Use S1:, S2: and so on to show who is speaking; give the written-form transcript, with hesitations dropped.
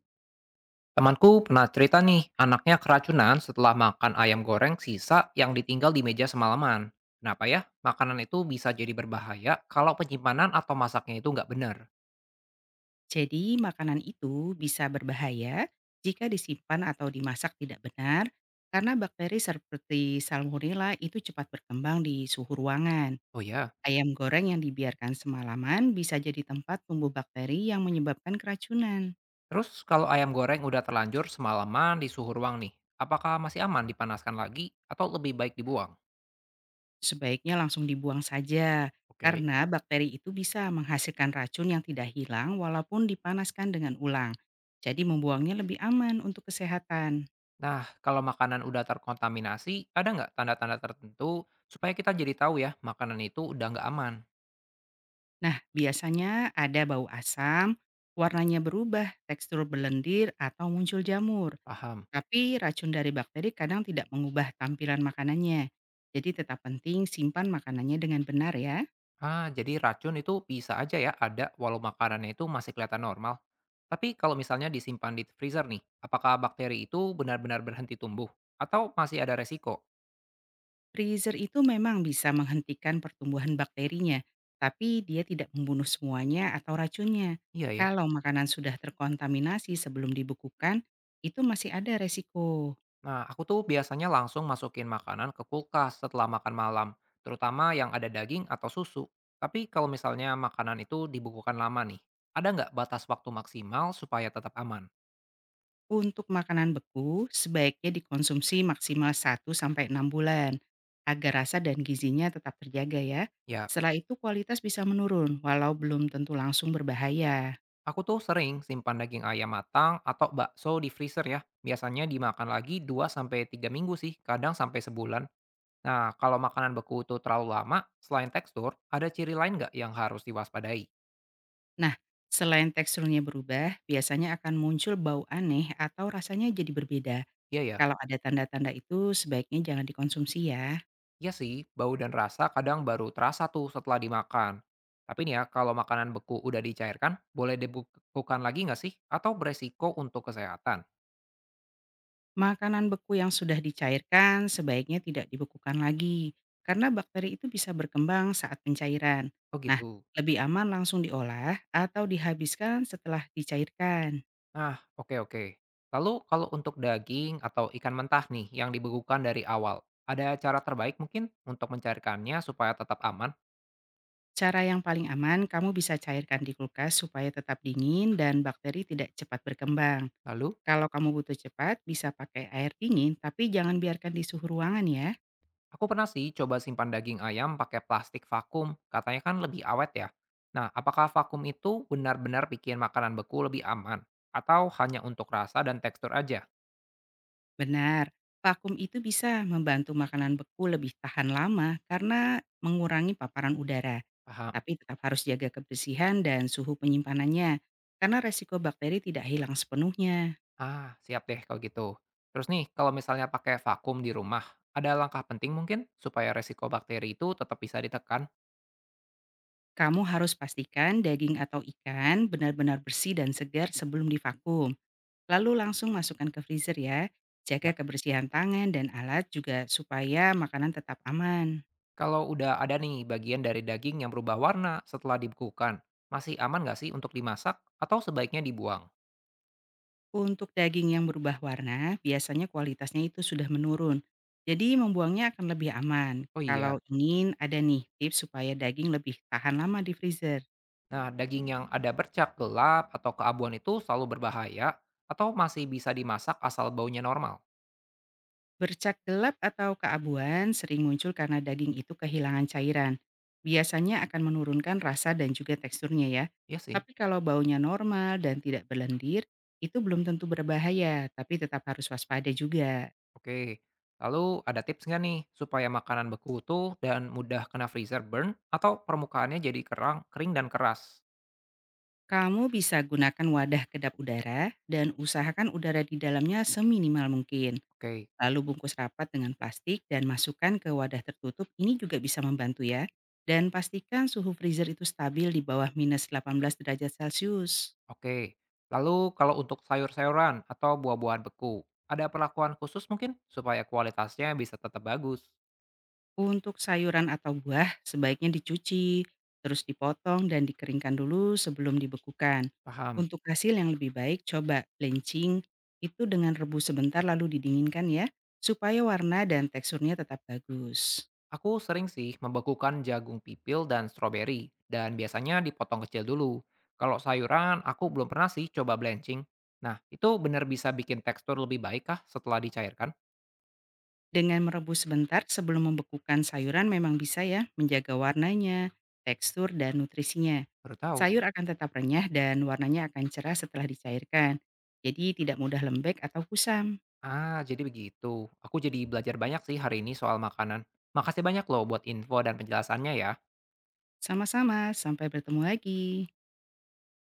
S1: Temanku pernah cerita nih, anaknya keracunan setelah makan ayam goreng sisa yang ditinggal di meja semalaman. Kenapa ya? Makanan itu bisa jadi berbahaya kalau penyimpanan atau masaknya itu nggak benar.
S2: Jadi, makanan itu bisa berbahaya jika disimpan atau dimasak tidak benar karena bakteri seperti salmonella itu cepat berkembang di suhu ruangan.
S1: Oh ya,
S2: Ayam goreng yang dibiarkan semalaman bisa jadi tempat tumbuh bakteri yang menyebabkan keracunan.
S1: terus kalau ayam goreng udah terlanjur semalaman di suhu ruang nih, apakah masih aman dipanaskan lagi atau lebih baik dibuang?
S2: Sebaiknya langsung dibuang saja
S1: Oke.
S2: karena bakteri itu bisa menghasilkan racun yang tidak hilang walaupun dipanaskan dengan ulang. Jadi membuangnya lebih aman untuk kesehatan.
S1: Nah, kalau makanan udah terkontaminasi, ada nggak tanda-tanda tertentu supaya kita jadi tahu ya makanan itu udah nggak aman?
S2: Nah, biasanya ada bau asam, warnanya berubah, tekstur berlendir, atau muncul jamur.
S1: Paham.
S2: Tapi racun dari bakteri kadang tidak mengubah tampilan makanannya. Jadi tetap penting simpan makanannya dengan benar ya.
S1: Ah, jadi racun itu bisa aja ya ada walau makanannya itu masih kelihatan normal. Tapi kalau misalnya disimpan di freezer nih, apakah bakteri itu benar-benar berhenti tumbuh? Atau masih ada resiko?
S2: Freezer itu memang bisa menghentikan pertumbuhan bakterinya, tapi dia tidak membunuh semuanya atau racunnya.
S1: Iya ya.
S2: Kalau makanan sudah terkontaminasi sebelum dibekukan, itu masih ada resiko.
S1: Nah, aku tuh biasanya langsung masukin makanan ke kulkas setelah makan malam, terutama yang ada daging atau susu. Tapi kalau misalnya makanan itu dibukukan lama nih, ada nggak batas waktu maksimal supaya tetap aman?
S2: Untuk makanan beku, sebaiknya dikonsumsi maksimal 1 sampai 6 bulan, agar rasa dan gizinya tetap terjaga ya.
S1: Ya.
S2: Setelah itu kualitas bisa menurun, walau belum tentu langsung berbahaya.
S1: Aku tuh sering simpan daging ayam matang atau bakso di freezer ya. Biasanya dimakan lagi 2 sampai 3 minggu sih, kadang sampai sebulan. Nah, kalau makanan beku itu terlalu lama, selain tekstur, ada ciri lain nggak yang harus diwaspadai?
S2: Nah, selain teksturnya berubah, biasanya akan muncul bau aneh atau rasanya jadi berbeda.
S1: Iya ya,
S2: Kalau ada tanda-tanda itu, sebaiknya jangan dikonsumsi ya.
S1: iya sih, bau dan rasa kadang baru terasa tuh setelah dimakan. Tapi nih ya, kalau makanan beku udah dicairkan, boleh dibekukan lagi nggak sih? Atau beresiko untuk kesehatan?
S2: Makanan beku yang sudah dicairkan sebaiknya tidak dibekukan lagi, karena bakteri itu bisa berkembang saat pencairan.
S1: Oh
S2: Nah,
S1: gitu.
S2: lebih aman langsung diolah atau dihabiskan setelah dicairkan.
S1: Nah, oke oke. Lalu kalau untuk daging atau ikan mentah nih yang dibekukan dari awal, ada cara terbaik mungkin untuk mencarikannya supaya tetap aman?
S2: Cara yang paling aman, kamu bisa cairkan di kulkas supaya tetap dingin dan bakteri tidak cepat berkembang.
S1: Lalu,
S2: Kalau kamu butuh cepat, bisa pakai air dingin, tapi jangan biarkan di suhu ruangan ya.
S1: aku pernah sih coba simpan daging ayam pakai plastik vakum, katanya kan lebih awet ya. Nah, apakah vakum itu benar-benar bikin makanan beku lebih aman? Atau hanya untuk rasa dan tekstur aja?
S2: Benar, vakum itu bisa membantu makanan beku lebih tahan lama karena mengurangi paparan udara.
S1: Paham.
S2: Tapi tetap harus jaga kebersihan dan suhu penyimpanannya, karena resiko bakteri tidak hilang sepenuhnya.
S1: Ah, siap deh kalau gitu. Terus nih, kalau misalnya pakai vakum di rumah, ada langkah penting mungkin supaya resiko bakteri itu tetap bisa ditekan?
S2: Kamu harus pastikan daging atau ikan benar-benar bersih dan segar sebelum divakum. Lalu langsung masukkan ke freezer ya. Jaga
S1: Ya.
S2: kebersihan tangan dan alat juga supaya makanan tetap aman.
S1: Kalau udah ada nih bagian dari daging yang berubah warna setelah dibekukan, masih aman nggak sih untuk dimasak atau sebaiknya dibuang?
S2: Untuk daging yang berubah warna, biasanya kualitasnya itu sudah menurun. Jadi membuangnya akan lebih aman.
S1: Oh iya,
S2: Kalau ingin ada nih tips supaya daging lebih tahan lama di freezer.
S1: nah daging yang ada bercak gelap atau keabuan itu selalu berbahaya atau masih bisa dimasak asal baunya normal?
S2: Bercak gelap atau keabuan sering muncul karena daging itu kehilangan cairan. Biasanya akan menurunkan rasa dan juga teksturnya ya.
S1: Iya sih,
S2: Tapi kalau baunya normal dan tidak berlendir, itu belum tentu berbahaya, tapi tetap harus waspada juga.
S1: oke. Lalu ada tips nggak nih supaya makanan beku tuh dan mudah kena freezer burn atau permukaannya jadi kerang, kering dan keras?
S2: Kamu bisa gunakan wadah kedap udara dan usahakan udara di dalamnya seminimal mungkin.
S1: Oke.
S2: Lalu bungkus rapat dengan plastik dan masukkan ke wadah tertutup. Ini juga bisa membantu ya. Dan pastikan suhu freezer itu stabil di bawah minus 18 derajat Celcius.
S1: Oke, lalu kalau untuk sayur-sayuran atau buah-buahan beku, ada perlakuan khusus mungkin supaya kualitasnya bisa tetap bagus.
S2: Untuk sayuran atau buah, sebaiknya dicuci, terus dipotong dan dikeringkan dulu sebelum dibekukan.
S1: Paham.
S2: Untuk hasil yang lebih baik, coba blanching itu dengan rebus sebentar lalu didinginkan ya, supaya warna dan teksturnya tetap bagus.
S1: Aku sering sih membekukan jagung pipil dan stroberi, dan biasanya dipotong kecil dulu. Kalau sayuran, aku belum pernah sih coba blanching. Nah, itu benar bisa bikin tekstur lebih baik kah setelah dicairkan?
S2: Dengan merebus sebentar sebelum membekukan sayuran memang bisa ya menjaga warnanya, tekstur, dan nutrisinya.
S1: Baru tahu.
S2: Sayur akan tetap renyah dan warnanya akan cerah setelah dicairkan. Jadi tidak mudah lembek atau kusam.
S1: Ah, jadi begitu. Aku jadi belajar banyak sih hari ini soal makanan. Makasih banyak loh buat info dan penjelasannya ya.
S2: Sama-sama, sampai bertemu lagi.